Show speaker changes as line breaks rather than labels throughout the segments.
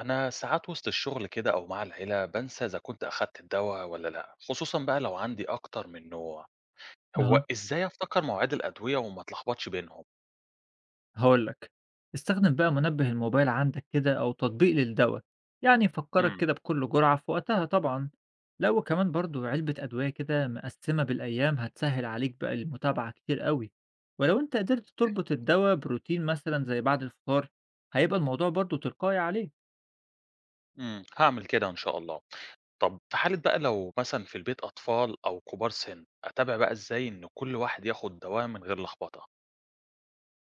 أنا ساعات وسط الشغل كده أو مع العيلة بنسى إذا كنت أخدت الدواء ولا لأ، خصوصًا بقى لو عندي أكتر من نوع، هو
أها،
إزاي أفتكر مواعيد الأدوية وما أتلخبطش بينهم؟
هاقول لك استخدم بقى منبه الموبايل عندك كده أو تطبيق للدواء يعني يفكرك
إمم،
كده بكل جرعة في وقتها طبعا. لو كمان برضو علبة أدوية كده مقسمة بالأيام هتسهل عليك بقى المتابعة كتير قوي، ولو أنت قدرت تربط الدواء بروتين مثلا زي بعد الفطار هيبقى الموضوع برضو تلقائي عليه.
إمم، هاعمل كده إن شاء الله. طب في حالة بقى لو مثلًا في البيت أطفال أو كبار سن، أتابع بقى إزاي إن كل واحد ياخد دواء من غير لخبطة؟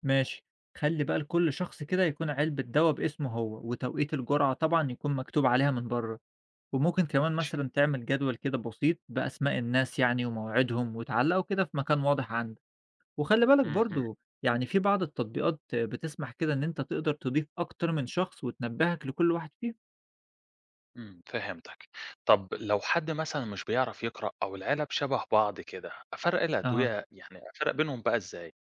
ماشي، خلي بقى لكل شخص كده يكون علبة دواء باسمه هو وتوقيت الجرعة طبعا يكون مكتوب عليها من بره، وممكن كمان
ماشي،
مثلًا تعمل جدول كده بسيط بأسماء الناس يعني ومواعيدهم، وتعلّقه كده في مكان واضح عندك، وخلّي بالك
اهم،
برضه يعني في بعض التطبيقات بتسمح كده إن أنت تقدر تضيف أكتر من شخص وتنبّهك لكل واحد فيهم.
فهمتك. طب لو حد مثلًا مش بيعرف يقرأ أو العيلة بشبه بعض كده، أفرق
أها.
الأدوية يعني أفرق بينهم بقى إزاي؟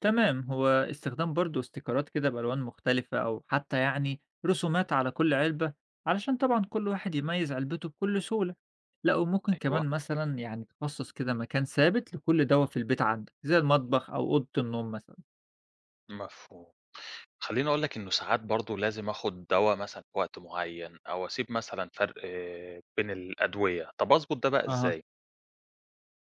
تمام، هو استخدام برضه استيكرات كده بألوان مختلفة أو حتى يعني رسومات على كل علبة، علشان طبعًا كل واحد يميّز علبته بكل سهولة. لأ، وممكن
أيوه،
كمان مثلًا يعني تخصص كده مكان ثابت لكل دوا في البيت عندك، زي المطبخ أو أوضة النوم مثلًا.
مفهوم. خلّيني أقول لك إنه ساعات برضه لازم آخُد دوا مثلًا في وقت معيّن أو أسيب مثلًا فرق بين الأدوية، طَب أضبط ده بقى
أها.
إزاي؟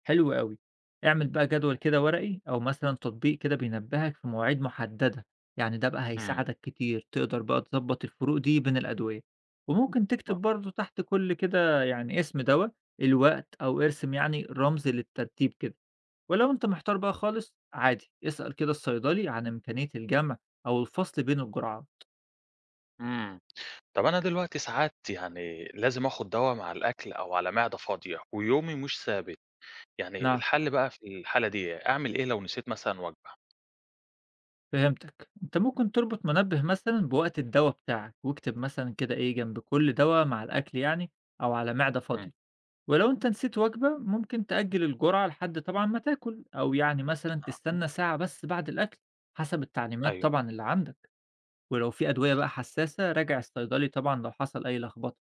حلو أوي. اعمل بقى جدول كده ورقي أو مثلًا تطبيق كده بينبهك في مواعيد محددة، يعني ده بقى
إمم،
هيساعدك كتير، تقدر بقى تضبط الفروق دي بين الأدوية، وممكن تكتب
ما
برضه تحت كل كده يعني اسم دوا، الوقت أو ارسم يعني رمز للترتيب كده، ولو أنت محتار بقى خالص عادي، اسأل كده الصيدلي عن إمكانية الجمع أو الفصل بين الجرعات.
إمم، طَب أنا دلوقتي ساعات يعني لازم آخُد دوا مع الأكل أو على معدة فاضية ويومي مش ثابت، يعني
نعم،
الحل بقى في الحالة دي إيه؟ أعمل إيه لو نسيت مثلًا وجبة؟
فهمتك. أنت ممكن تربط منبه مثلًا بوقت الدوا بتاعك، واكتب مثلًا كده إيه جنب كل دوا مع الأكل يعني أو على معدة
إمم،
فاضية. ولو أنت نسيت وجبة، ممكن تأجّل الجرعة لحد طبعًا ما تاكل، أو يعني مثلًا تستنى ساعة بس بعد الأكل، حسب التعليمات
أيوه،
طبعًا اللي عندك، ولو في أدوية بقى حساسة راجع الصيدلي طبعًا لو حصل أي لخبطة.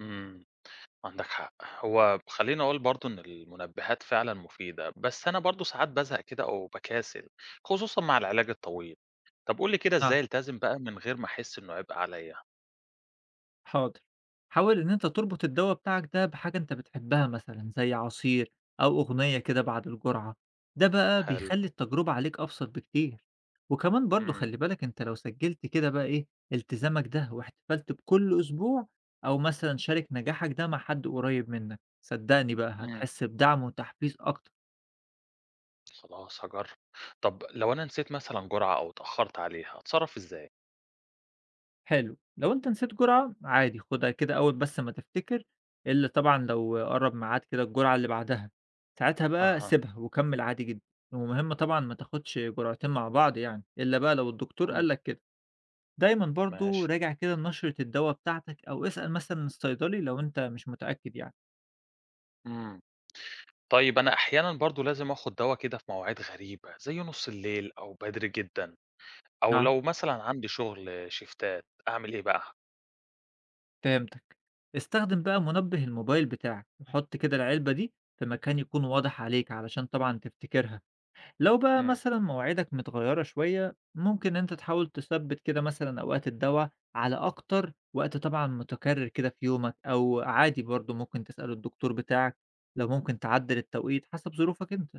إمم. عندك حق، هو خليني اقول برضو ان المنبهات فعلا مفيدة بس انا برضو ساعات بزهق كده او بكاسل، خصوصا مع العلاج الطويل. طب قول لي كده ازاي التزم بقى من غير ما احس انه عبء عليا.
حاضر، حاول ان انت تربط الدواء بتاعك ده بحاجة انت بتحبها مثلا زي عصير او اغنية كده بعد الجرعة، ده بقى
حلو.
بيخلي التجربة عليك ابسط بكتير. وكمان برضو
امم
خلي بالك انت لو سجلت كده بقى ايه التزامك ده واحتفلت بكل اسبوع او مثلا شارك نجاحك ده مع حد قريب منك صدقني بقى
امم
هتحس بدعم وتحفيز اكتر.
خلاص هجرب. طب لو انا نسيت مثلا جرعة او اتأخرت عليها اتصرف ازاي؟
حلو، لو أنت نسيت جرعة عادي خُدها كده أول بس ما تفتكر، إلا طبعًا لو قرّب ميعاد كده الجرعة اللي بعدها، ساعتها بقى
اها،
سيبها وكمّل عادي جدًا، والمهم طبعًا ما تاخدش جرعتين مع بعض يعني، إلا بقى لو الدكتور
امم،
قال لك كده، دايمًا برضه
ماشي،
راجع كده لنشرة الدوا بتاعتك أو اسأل مثلًا الصيدلي لو أنت مش متأكد يعني.
امم طيب انا احيانا برضو لازم اخد دواء كده في مواعيد غريبة زي نص الليل او بدري جدا، او
نعم،
لو مثلا عندي شغل شيفتات اعمل ايه بقى؟
فهمتك، استخدم بقى منبه الموبايل بتاعك وحُط كده العلبة دي في مكان يكون واضح عليك علشان طبعًا تفتكرها. لو بقى مثلا مواعيدك متغيرة شوية ممكن انت تحاول تثبت كده مثلا اوقات الدواء على اكتر وقت طبعا متكرر كده في يومك، او عادي برضو ممكن تسأله الدكتور بتاعك لو ممكن تعدل التوقيت حسب ظروفك انت.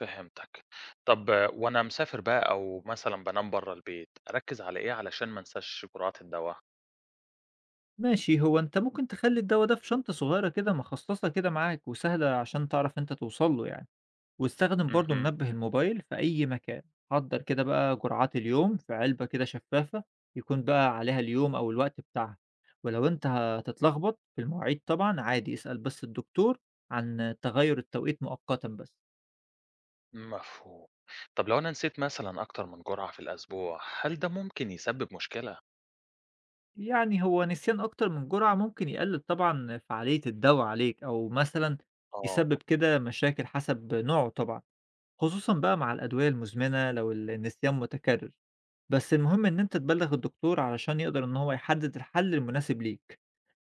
فهمتك. طب وأنا مسافر بقى أو مثلًا بانام برّه البيت، أركّز على إيه علشان ما انساش جرعات الدوا؟
ماشي، هو انت ممكن تخلي الدواء ده في شنطة صغيرة كده مخصصة كده معاك وسهلة عشان تعرف انت توصل له يعني، واستخدم برضه
اهم،
منبه الموبايل في أي مكان، حضّر كده بقى جرعات اليوم في علبة كده شفافة يكون بقى عليها اليوم أو الوقت بتاعها، ولو أنت هتتلخبط في المواعيد طبعًا عادي اسأل بس الدكتور عن تغيُّر التوقيت مؤقتًا بس.
مفهوم. طب لو أنا نسيت مثلًا أكتر من جرعة في الأسبوع، هل ده ممكن يسبب مشكلة؟
يعني هو نسيان أكتر من جرعة ممكن يقلل طبعًا فعالية الدوا عليك أو مثلًا
آه.
يسبب كده مشاكل حسب نوعه طبعًا. خصوصًا بقى مع الأدوية المزمنة لو النسيان متكرر، بس المهم إن أنت تبلّغ الدكتور علشان يقدر إن هو يحدد الحل المناسب ليك.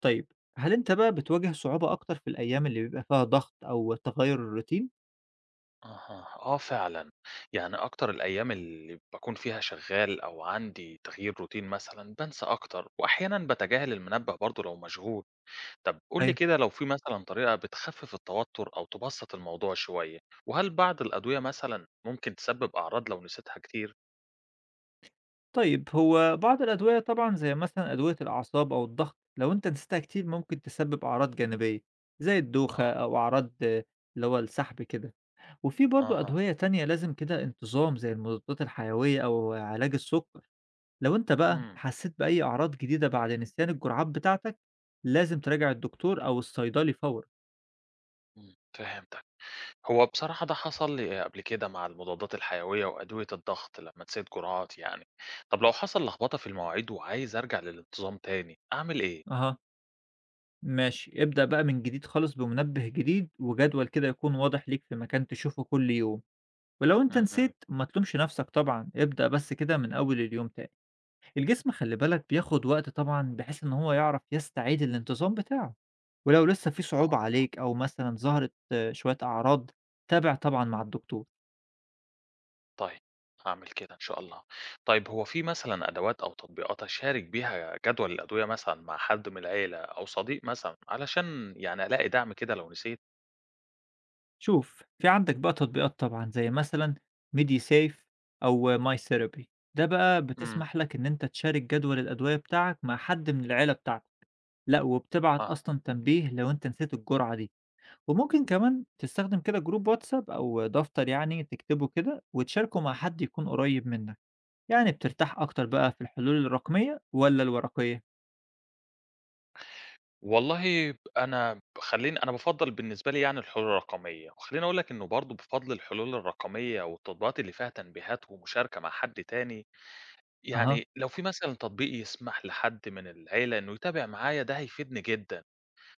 طيب، هل أنت بقى بتواجه صعوبة أكتر في الأيام اللي بيبقى فيها ضغط أو تغيُّر الروتين؟
أها، آه فعلًا. يعني أكتر الأيام اللي باكون فيها شغّال أو عندي تغيير روتين مثلًا، بانسى أكتر وأحيانًا باتجاهل المنبه برضه لو مشغول. طب قُل لي
أيوه.
كده لو في مثلًا طريقة بتخفِّف التوتُّر أو تبسّط الموضوع شوية، وهل بعض الأدوية مثلًا ممكن تسبِّب أعراض لو نسيتها كتير؟
طيب هو بعض الأدوية طبعًا زي مثلًا أدوية الأعصاب أو الضغط لو أنت نسيتها كتير ممكن تسبب أعراض جانبية، زي الدوخة
آه،
أو أعراض اللي هو السحب كده، وفي برضه
أها،
أدوية تانية لازم كده انتظام زي المضادات الحيوية أو علاج السُكّر. لو أنت بقى
إمم،
حسيت بأي أعراض جديدة بعد نسيان الجرعات بتاعتك لازم تراجع الدكتور أو الصيدلي فورا.
إمم، فهمتك. هو بصراحة ده حصل لي قبل كده مع المضادات الحيوية وأدوية الضغط لمّا نسيت جرعات يعني. طب لو حصل لخبطة في المواعيد وعايز أرجع للانتظام تاني، أعمل إيه؟
أها، ماشي، ابدأ بقى من جديد خالص بمنبه جديد وجدول كده يكون واضح ليك في مكان تشوفه كل يوم، ولو انت
اهم.
نسيت ما تلومش نفسك طبعا، ابدأ بس كده من أول اليوم تاني. الجسم خلي بالك بياخد وقت طبعا بحيث ان هو يعرف يستعيد الانتظام بتاعه، ولو لسه في صعوبة
آه.
عليك أو مثلا ظهرت شوية أعراض تابع طبعا مع الدكتور.
طيب، هاعمل كده إن شاء الله. طيب هو في مثلًا أدوات أو تطبيقات أشارك بيها جدول الأدوية مثلًا مع حد من العيلة أو صديق مثلًا علشان يعني ألاقي دعم كده لو نسيت؟
شوف، في عندك بقى تطبيقات طبعًا زي مثلًا MediSafe أو MyTherapy، ده بقى
إمم،
بتسمح لك إن أنت تشارك جدول الأدوية بتاعك مع حد من العيلة بتاعتك، لأ وبتبعت
آه.
أصلًا تنبيه لو أنت نسيت الجرعة دي، وممكن كمان تستخدم كده جروب واتساب أو دفتر يعني تكتبه كده وتشاركه مع حد يكون قريب منك، يعني بترتاح أكتر بقى في الحلول الرقمية والّا الورقية؟
والله خلّيني أنا بافضّل بالنسبة لي يعني الحلول الرقمية، وخلّيني أقول لك إنه برضه بفضل الحلول الرقمية والتطبيقات اللي فيها تنبيهات ومشاركة مع حد تاني،
أها.
يعني لو في مثلًا تطبيق يسمح لحد من العيلة إنه يتابع معايا ده هيفيدني جدًا.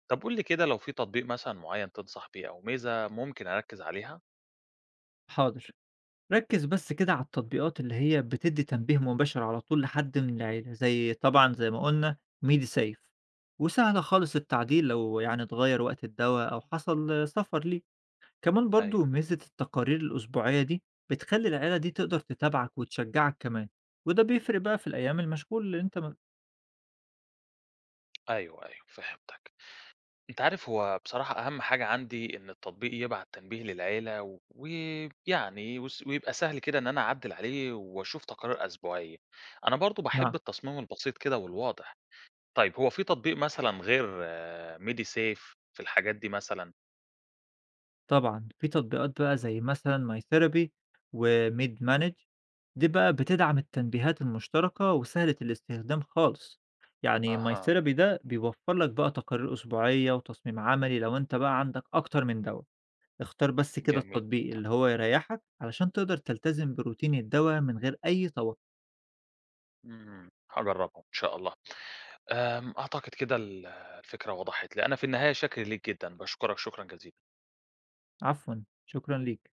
طب قُل لي كده لو في تطبيق مثلًا معيّن تنصح بيه أو ميزة ممكن أركّز عليها؟
حاضر. ركّز بس كده على التطبيقات اللي هي بتدّي تنبيه مباشر على طول لحد من العيلة، زي طبعًا زي ما قُلنا MediSafe، وسهلة خالص التعديل لو يعني اتغيّر وقت الدوا أو حصل سفر ليه، كمان
أيوه.
برضه ميزة التقارير الأسبوعية دي بتخلّي العيلة دي تقدر تتابعك وتشجّعك كمان، وده بيفرق بقى في الأيام المشغول اللي أنت م
أيوه، فهمتك. أنت عارف هو بصراحة أهم حاجة عندي إن التطبيق يبعت تنبيه للعيلة و ويعني وس ويبقى سهل كده إن أنا أعدِّل عليه وأشوف تقارير أسبوعية. أنا برضه
مع.
باحب التصميم البسيط كده والواضح. طيب هو في تطبيق مثلًا غير MediSafe في الحاجات دي مثلًا؟
طبعًا، في تطبيقات بقى زي مثلًا myTherapy وMedManage، دي بقى بتدعم التنبيهات المشتركة وسهلة الاستخدام خالص، يعني
أها،
myTherapy ده بيوفّر لك بقى تقارير أسبوعية وتصميم عملي لو أنت بقى عندك أكتر من دوا، اختار بس كده
جميل
التطبيق
جدًا.
اللي هو يريحك علشان تقدر تلتزم بروتين الدوا من غير أي توتر.
هاجرّبه إن شاء الله. أعتقد كده الفكرة وضحت لي، أنا في النهاية شاكر ليك جدًا، باشكرك شكرًا جزيلًا.
عفوًا، شكرًا ليك.